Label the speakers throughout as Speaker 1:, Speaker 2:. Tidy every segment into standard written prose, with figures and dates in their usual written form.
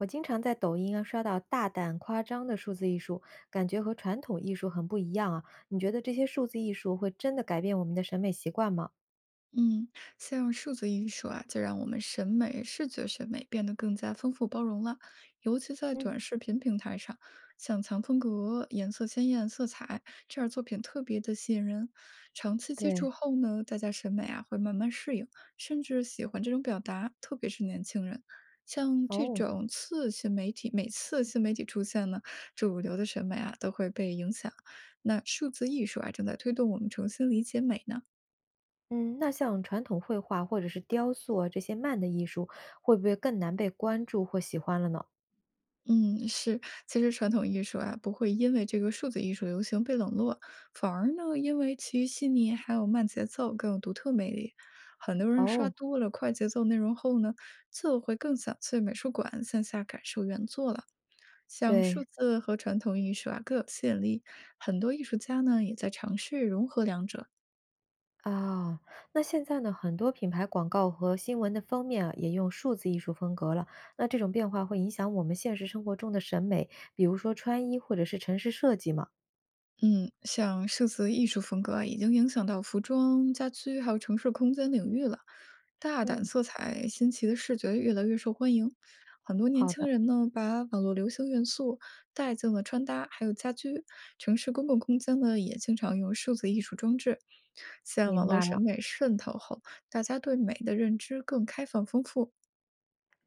Speaker 1: 我经常在抖音啊刷到大胆夸张的数字艺术，感觉和传统艺术很不一样啊。你觉得这些数字艺术会真的改变我们的审美习惯吗？
Speaker 2: 嗯，像数字艺术啊，就让我们审美、视觉审美变得更加丰富包容了。尤其在
Speaker 1: 嗯，
Speaker 2: 短视频平台上，像藏风格、颜色鲜艳、色彩这样作品特别的吸引人。长期接
Speaker 1: 对，
Speaker 2: 触后呢，大家审美啊会慢慢适应，甚至喜欢这种表达，特别是年轻人。像这
Speaker 1: 哦，
Speaker 2: 种次新媒体，每次新媒体出现呢，主流的审美啊都会被影响。那数字艺术啊，正在推动我们重新理解美呢。
Speaker 1: 嗯，那像传统绘画或者是雕塑啊这些慢的艺术，会不会更难被关注或喜欢了呢？
Speaker 2: 嗯，是，其实传统艺术啊，不会因为这个数字艺术流行被冷落，反而呢，因为其细腻还有慢节奏更有独特魅力。很多人刷
Speaker 1: 哦，
Speaker 2: 多了快节奏内容后呢，就会更想去美术馆线下感受原作了。像数
Speaker 1: 对
Speaker 2: 字和传统艺术啊，各有吸引力，很多艺术家呢也在尝试融合两者。
Speaker 1: 啊，那现在呢，很多品牌广告和新闻的封面啊，也用数字艺术风格了。那这种变化会影响我们现实生活中的审美，比如说穿衣或者是城市设计吗？
Speaker 2: 嗯，像数字艺术风格啊，已经影响到服装、家居还有城市空间领域了。大胆
Speaker 1: 嗯。
Speaker 2: 色彩、新奇的视觉越来越受欢迎，很多年
Speaker 1: 好的，
Speaker 2: 轻人呢把网络流行元素带进了穿搭，还有家居。城市公共空间呢也经常用数字艺术装置。现网
Speaker 1: 明
Speaker 2: 络
Speaker 1: 白
Speaker 2: 审
Speaker 1: 了。
Speaker 2: 美渗透后，大家对美的认知更开放丰富。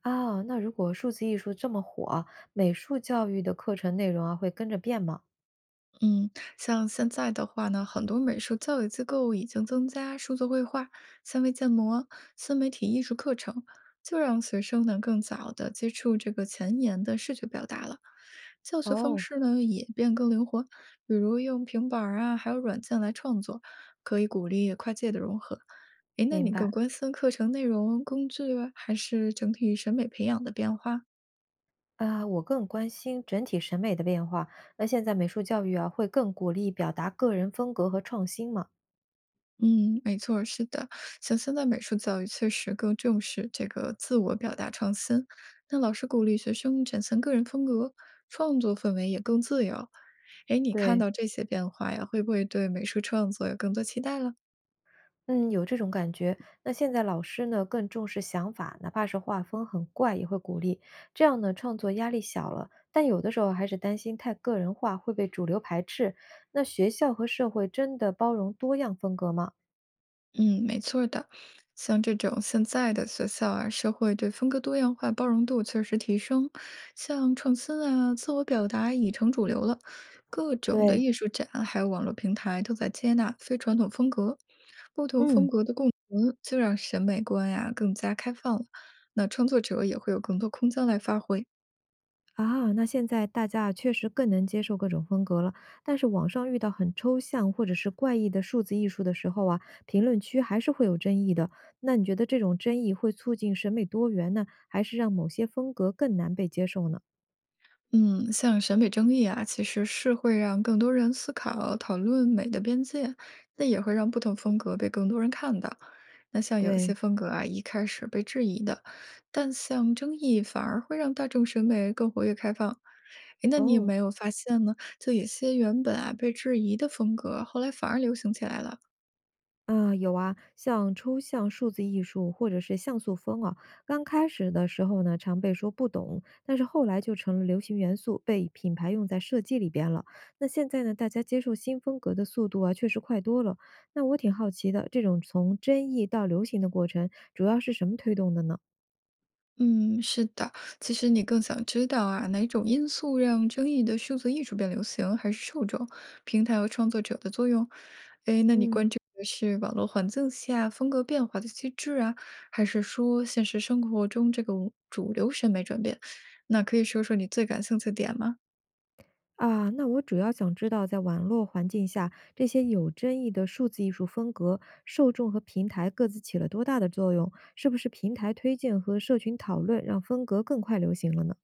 Speaker 1: 啊，那如果数字艺术这么火，美术教育的课程内容啊会跟着变吗？
Speaker 2: 嗯，像现在的话呢，很多美术教育机构已经增加数字绘画、三维建模、新媒体艺术课程，就让学生能更早的接触这个前沿的视觉表达了。教学方
Speaker 1: 哦，
Speaker 2: 式呢也变更灵活，比如用平板儿啊，还有软件来创作，可以鼓励跨界的融合。诶，那
Speaker 1: 明
Speaker 2: 你
Speaker 1: 白。
Speaker 2: 更关心课程内容、工具啊，还是整体审美培养的变化？
Speaker 1: 啊，我更关心整体审美的变化。那现在美术教育啊会更鼓励表达个人风格和创新吗？
Speaker 2: 嗯，没错，是的，像现在美术教育确实更重视这个自我表达创新，那老师鼓励学生展现个人风格，创作氛围也更自由。哎，你看
Speaker 1: 对，
Speaker 2: 到这些变化呀，会不会对美术创作有更多期待了？
Speaker 1: 嗯，有这种感觉。那现在老师呢，更重视想法，哪怕是画风很怪，也会鼓励。这样呢，创作压力小了。但有的时候还是担心太个人化会被主流排斥。那学校和社会真的包容多样风格吗？
Speaker 2: 嗯，没错儿的。像这种现在的学校啊，社会对风格多样化包容度确实提升，像创新啊、自我表达已成主流了，各种的
Speaker 1: 对，
Speaker 2: 艺术展还有网络平台都在接纳非传统风格，不同
Speaker 1: 嗯，
Speaker 2: 风格的共存就让审美观呀、更加开放了。那创作者也会有更多空间来发挥。
Speaker 1: 啊，那现在大家啊确实更能接受各种风格了，但是网上遇到很抽象或者是怪异的数字艺术的时候啊，评论区还是会有争议的。那你觉得这种争议会促进审美多元呢，还是让某些风格更难被接受呢？
Speaker 2: 嗯，像审美争议啊，其实是会让更多人思考、讨论美的边界，那也会让不同风格被更多人看到。那像有些
Speaker 1: 对，
Speaker 2: 风格啊，一开始被质疑的，但像争议反而会让大众审美更活跃开放。诶，那你有
Speaker 1: 哦。
Speaker 2: 没有发现呢？就有些原本啊被质疑的风格，后来反而流行起来了。
Speaker 1: 啊，有啊，像抽象数字艺术或者是像素风啊，刚开始的时候呢，常被说不懂，但是后来就成了流行元素，被品牌用在设计里边了。那现在呢，大家接受新风格的速度啊，确实快多了。那我挺好奇的，这种从争议到流行的过程，主要是什么推动的呢？
Speaker 2: 嗯，是的。其实你更想知道啊，哪种因素让争议的数字艺术变流行，还是受众、平台和创作者的作用？诶，那你
Speaker 1: 嗯。
Speaker 2: 关注的是网络环境下风格变化的机制啊，还是说现实生活中这个主流审美转变？那可以说说你最感兴趣的点吗？
Speaker 1: 啊，那我主要想知道，在网络环境下，这些有争议的数字艺术风格，受众和平台各自起了多大的作用？是不是平台推荐和社群讨论让风格更快流行了呢？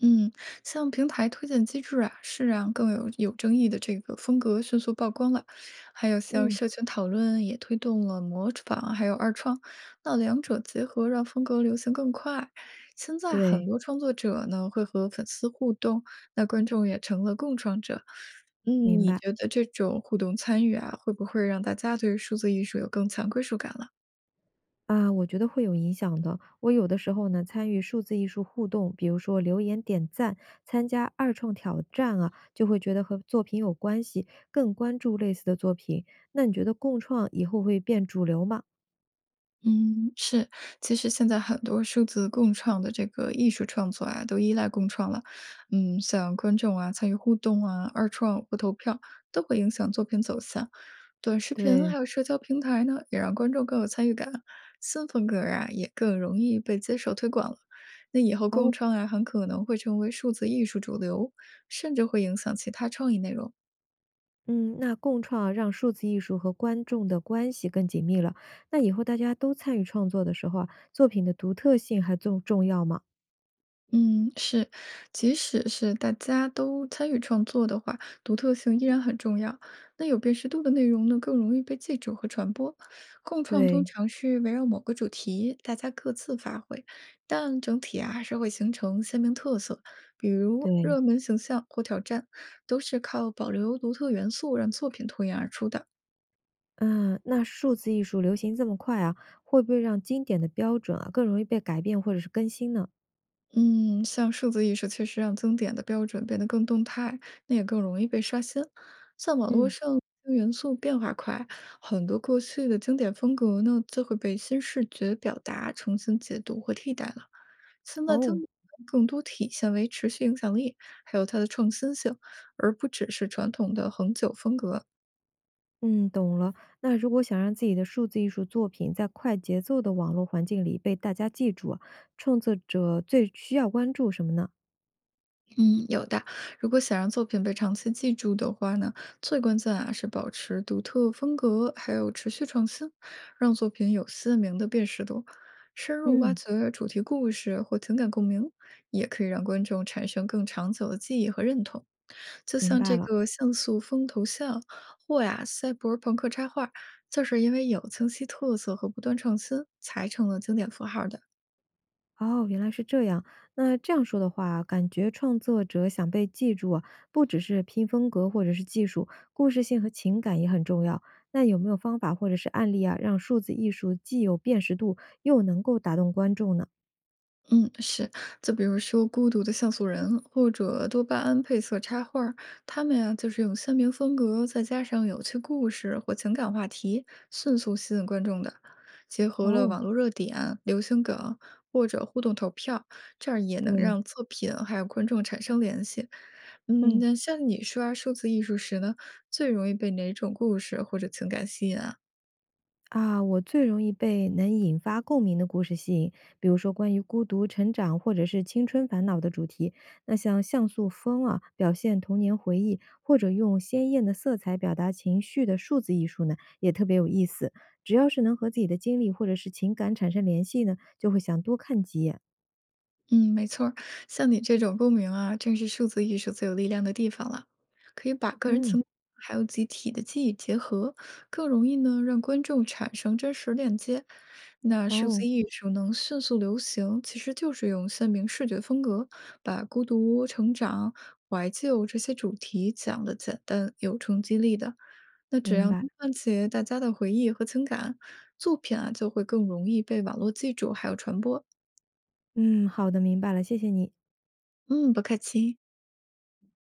Speaker 2: 嗯，像平台推荐机制啊，是让更有争议的这个风格迅速曝光了，还有像
Speaker 1: 嗯，
Speaker 2: 社群讨论也推动了模仿，还有二创，那两者结合让风格流行更快。现在很
Speaker 1: 对，
Speaker 2: 多创作者呢会和粉丝互动，那观众也成了共创者。嗯，
Speaker 1: 明
Speaker 2: 你
Speaker 1: 白。
Speaker 2: 觉得这种互动参与啊，会不会让大家对数字艺术有更强归属感了？
Speaker 1: 啊，我觉得会有影响的。我有的时候呢，参与数字艺术互动，比如说留言点赞、参加二创挑战啊，就会觉得和作品有关系，更关注类似的作品。那你觉得共创以后会变主流吗？
Speaker 2: 嗯，是，其实现在很多数字共创的这个艺术创作啊，都依赖共创了。嗯，像观众啊参与互动啊、二创或投票，都会影响作品走向。短视频还
Speaker 1: 对，
Speaker 2: 有社交平台呢，也让观众更有参与感，新风格啊也更容易被接受推广了。那以后
Speaker 1: 哦，
Speaker 2: 共创啊，很可能会成为数字艺术主流，甚至会影响其他创意内容。
Speaker 1: 嗯，那共创让数字艺术和观众的关系更紧密了。那以后大家都参与创作的时候啊，作品的独特性还重要吗？
Speaker 2: 嗯，是，即使是大家都参与创作的话，独特性依然很重要。那有辨识度的内容呢，更容易被记住和传播。共创通
Speaker 1: 对
Speaker 2: 常是围绕某个主题，大家各自发挥，但整体啊还是会形成鲜明特色。比如
Speaker 1: 对，
Speaker 2: 热门形象或挑战，都是靠保留独特元素让作品脱颖而出的。
Speaker 1: 嗯，那数字艺术流行这么快啊，会不会让经典的标准啊更容易被改变或者是更新呢？
Speaker 2: 嗯，像数字艺术确实让经典的标准变得更动态，那也更容易被刷新。像网络
Speaker 1: 嗯，
Speaker 2: 上元素变化快，很多过去的经典风格呢，就会被新视觉表达重新解读和替代了。现在经
Speaker 1: 哦，
Speaker 2: 典更多体现为持续影响力，还有它的创新性，而不只是传统的恒久风格。
Speaker 1: 嗯，懂了。那如果想让自己的数字艺术作品在快节奏的网络环境里被大家记住啊，创作者最需要关注什么呢？
Speaker 2: 嗯，有的。如果想让作品被长期记住的话呢，最关键啊是保持独特风格，还有持续创新，让作品有鲜明的辨识度。深入挖
Speaker 1: 嗯，
Speaker 2: 掘主题故事或情感共鸣，也可以让观众产生更长久的记忆和认同。就
Speaker 1: 明
Speaker 2: 像
Speaker 1: 白
Speaker 2: 这
Speaker 1: 了。
Speaker 2: 个像素风头像或呀赛博朋克插画，就是因为有清晰特色和不断创新，才成了经典符号的。
Speaker 1: 哦，原来是这样。那这样说的话，感觉创作者想被记住啊，不只是拼风格或者是技术，故事性和情感也很重要。那有没有方法或者是案例啊，让数字艺术既有辨识度，又能够打动观众呢？
Speaker 2: 嗯，是，就比如说《孤独的像素人》或者多巴胺配色插画儿，他们呀、就是用鲜明风格，再加上有趣故事或情感话题，迅速吸引观众的。结合了
Speaker 1: 哦，
Speaker 2: 网络热点、流行梗或者互动投票，这样也能
Speaker 1: 对，
Speaker 2: 让作品还有观众产生联系。嗯，
Speaker 1: 嗯。
Speaker 2: 那像你刷数字艺术时呢，最容易被哪种故事或者情感吸引啊？
Speaker 1: 啊，我最容易被能引发共鸣的故事吸引，比如说关于孤独、成长或者是青春烦恼的主题。那像像素风啊，表现童年回忆，或者用鲜艳的色彩表达情绪的数字艺术呢，也特别有意思。只要是能和自己的经历或者是情感产生联系呢，就会想多看几眼。
Speaker 2: 嗯，没错儿，像你这种共鸣啊，正是数字艺术最有力量的地方了。可以把个人
Speaker 1: 嗯，
Speaker 2: 情感还有集体的记忆结合，更容易呢让观众产生真实链接。那数
Speaker 1: 哦，
Speaker 2: 字艺术能迅速流行，其实就是用鲜明视觉风格，把孤独、成长、怀旧这些主题讲得简单有冲击力的。那只要
Speaker 1: 明白。
Speaker 2: 能唤起大家的回忆和情感，作品啊就会更容易被网络记住还有传播。
Speaker 1: 嗯，好的，明白了，谢谢你。
Speaker 2: 嗯，不客气。